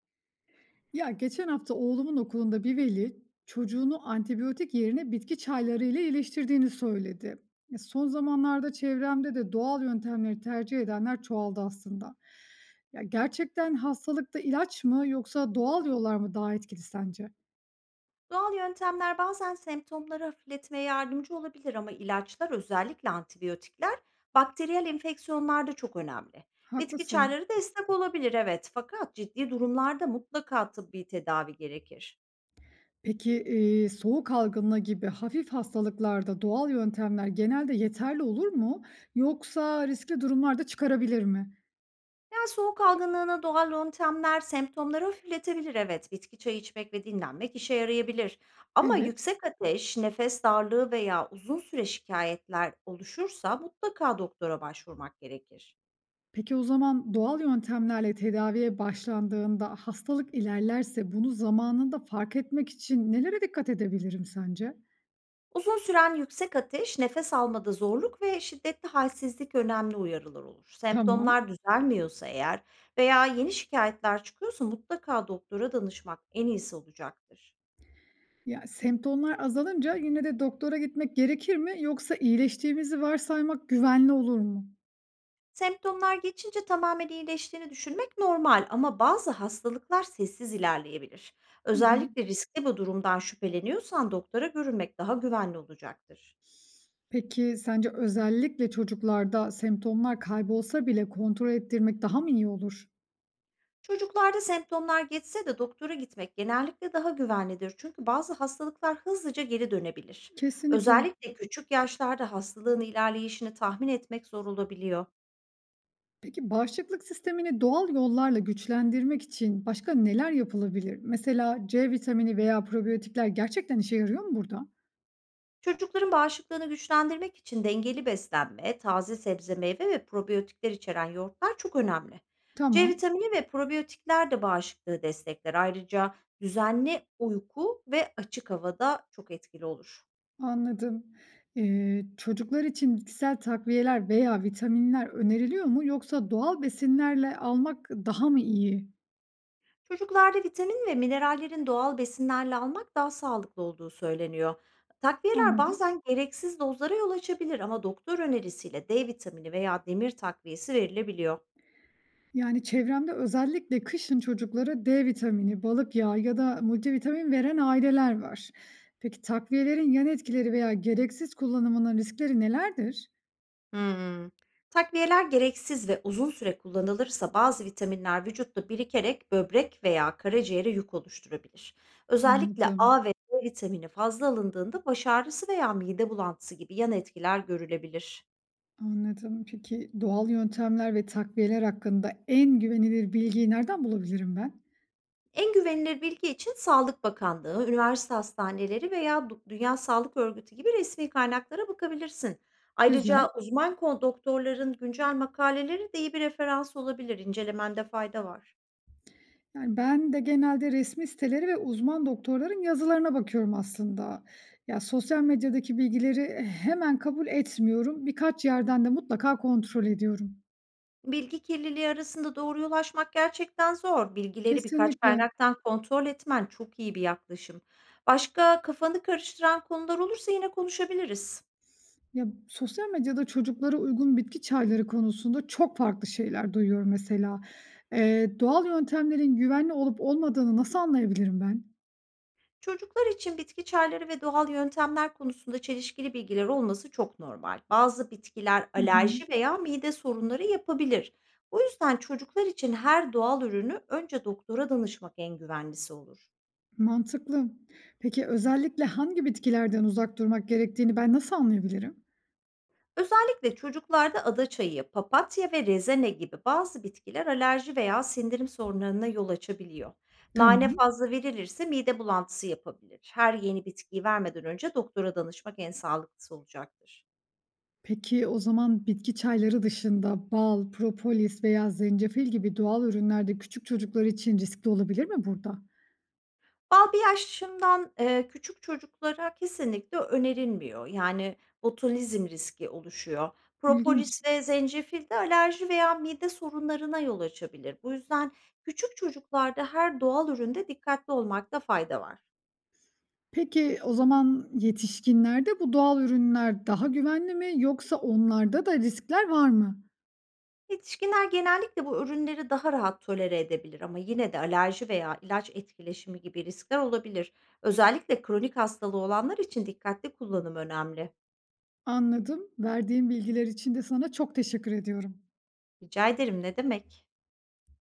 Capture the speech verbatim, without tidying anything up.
Ya geçen hafta oğlumun okulunda bir veli çocuğunu antibiyotik yerine bitki çayları ile iyileştirdiğini söyledi. Ya son zamanlarda çevremde de doğal yöntemleri tercih edenler çoğaldı aslında. Ya gerçekten hastalıkta ilaç mı yoksa doğal yollar mı daha etkili sence? Doğal yöntemler bazen semptomları hafifletmeye yardımcı olabilir ama ilaçlar özellikle antibiyotikler bakteriyel enfeksiyonlarda çok önemli. Bitki Haklısın. çayları destek olabilir evet, fakat ciddi durumlarda mutlaka tıbbi tedavi gerekir. Peki e, soğuk algınlığı gibi hafif hastalıklarda doğal yöntemler genelde yeterli olur mu? Yoksa riskli durumlarda çıkarabilir mi? Yani soğuk algınlığına doğal yöntemler semptomları hafifletebilir, evet, bitki çayı içmek ve dinlenmek işe yarayabilir. Ama Evet. yüksek ateş, nefes darlığı veya uzun süre şikayetler oluşursa mutlaka doktora başvurmak gerekir. Peki o zaman doğal yöntemlerle tedaviye başlandığında hastalık ilerlerse bunu zamanında fark etmek için nelere dikkat edebilirim sence? Uzun süren yüksek ateş, nefes almada zorluk ve şiddetli halsizlik önemli uyarılar olur. Tamam. Semptomlar düzelmiyorsa eğer veya yeni şikayetler çıkıyorsa mutlaka doktora danışmak en iyisi olacaktır. Ya semptomlar azalınca yine de doktora gitmek gerekir mi yoksa iyileştiğimizi varsaymak güvenli olur mu? Semptomlar geçince tamamen iyileştiğini düşünmek normal ama bazı hastalıklar sessiz ilerleyebilir. Hı hı. Özellikle riskli bir durumdan şüpheleniyorsan doktora görünmek daha güvenli olacaktır. Peki sence özellikle çocuklarda semptomlar kaybolsa bile kontrol ettirmek daha mı iyi olur? Çocuklarda semptomlar geçse de doktora gitmek genellikle daha güvenlidir, çünkü bazı hastalıklar hızlıca geri dönebilir. Kesinlikle. Özellikle küçük yaşlarda hastalığın ilerleyişini tahmin etmek zor olabiliyor. Peki bağışıklık sistemini doğal yollarla güçlendirmek için başka neler yapılabilir? Mesela ce vitamini veya probiyotikler gerçekten işe yarıyor mu burada? Çocukların bağışıklığını güçlendirmek için dengeli beslenme, taze sebze, meyve ve probiyotikler içeren yoğurtlar çok önemli. C Tamam, vitamini ve probiyotikler de bağışıklığı destekler. Ayrıca düzenli uyku ve açık havada çok etkili olur. anladım. Ee, çocuklar için bitkisel takviyeler veya vitaminler öneriliyor mu yoksa doğal besinlerle almak daha mı iyi? Çocuklarda vitamin ve minerallerin doğal besinlerle almak daha sağlıklı olduğu söyleniyor. Takviyeler Anladım. bazen gereksiz dozlara yol açabilir ama doktor önerisiyle D vitamini veya demir takviyesi verilebiliyor. Yani çevremde özellikle kışın çocuklara de vitamini, balık yağı ya da multivitamin veren aileler var. Peki takviyelerin yan etkileri veya gereksiz kullanımının riskleri nelerdir? Hmm, Takviyeler gereksiz ve uzun süre kullanılırsa bazı vitaminler vücutta birikerek böbrek veya karaciğere yük oluşturabilir. Özellikle Anladım, A ve D vitamini fazla alındığında baş ağrısı veya mide bulantısı gibi yan etkiler görülebilir. anladım. Peki, doğal yöntemler ve takviyeler hakkında en güvenilir bilgiyi nereden bulabilirim ben? En güvenilir bilgi için Sağlık Bakanlığı, üniversite hastaneleri veya Du- Dünya Sağlık Örgütü gibi resmi kaynaklara bakabilirsin. Güzel. Ayrıca uzman kon- doktorların güncel makaleleri de iyi bir referans olabilir. İncelemende fayda var. Yani ben de genelde resmi siteleri ve uzman doktorların yazılarına bakıyorum aslında. Ya sosyal medyadaki bilgileri hemen kabul etmiyorum. Birkaç yerden de mutlaka kontrol ediyorum. Bilgi kirliliği arasında doğruya ulaşmak gerçekten zor. Bilgileri birkaç Kesinlikle. kaynaktan kontrol etmen çok iyi bir yaklaşım. Başka kafanı karıştıran konular olursa yine konuşabiliriz. Ya sosyal medyada çocuklara uygun bitki çayları konusunda çok farklı şeyler duyuyorum mesela. Eee, doğal yöntemlerin güvenli olup olmadığını nasıl anlayabilirim ben? Çocuklar için bitki çayları ve doğal yöntemler konusunda çelişkili bilgiler olması çok normal. Bazı bitkiler Hı hı. alerji veya mide sorunları yapabilir. O yüzden çocuklar için her doğal ürünü önce doktora danışmak en güvenlisi olur. Mantıklı. Peki özellikle hangi bitkilerden uzak durmak gerektiğini ben nasıl anlayabilirim? Özellikle çocuklarda ada çayı, papatya ve rezene gibi bazı bitkiler alerji veya sindirim sorunlarına yol açabiliyor. Nane Tamam. fazla verilirse mide bulantısı yapabilir. Her yeni bitkiyi vermeden önce doktora danışmak en sağlıklısı olacaktır. Peki o zaman bitki çayları dışında bal, propolis veya zencefil gibi doğal ürünlerde küçük çocuklar için riskli olabilir mi burada? Bal bir yaşından eee, küçük çocuklara kesinlikle önerilmiyor. Yani, botulizm riski oluşuyor. İlginç. Propolis ve zencefil de alerji veya mide sorunlarına yol açabilir. Bu yüzden küçük çocuklarda her doğal üründe dikkatli olmakta fayda var. Peki o zaman yetişkinlerde bu doğal ürünler daha güvenli mi yoksa onlarda da riskler var mı? Yetişkinler genellikle bu ürünleri daha rahat tolere edebilir ama yine de alerji veya ilaç etkileşimi gibi riskler olabilir. Özellikle kronik hastalığı olanlar için dikkatli kullanım önemli. Anladım. Verdiğin bilgiler için de sana çok teşekkür ediyorum. Rica ederim, ne demek.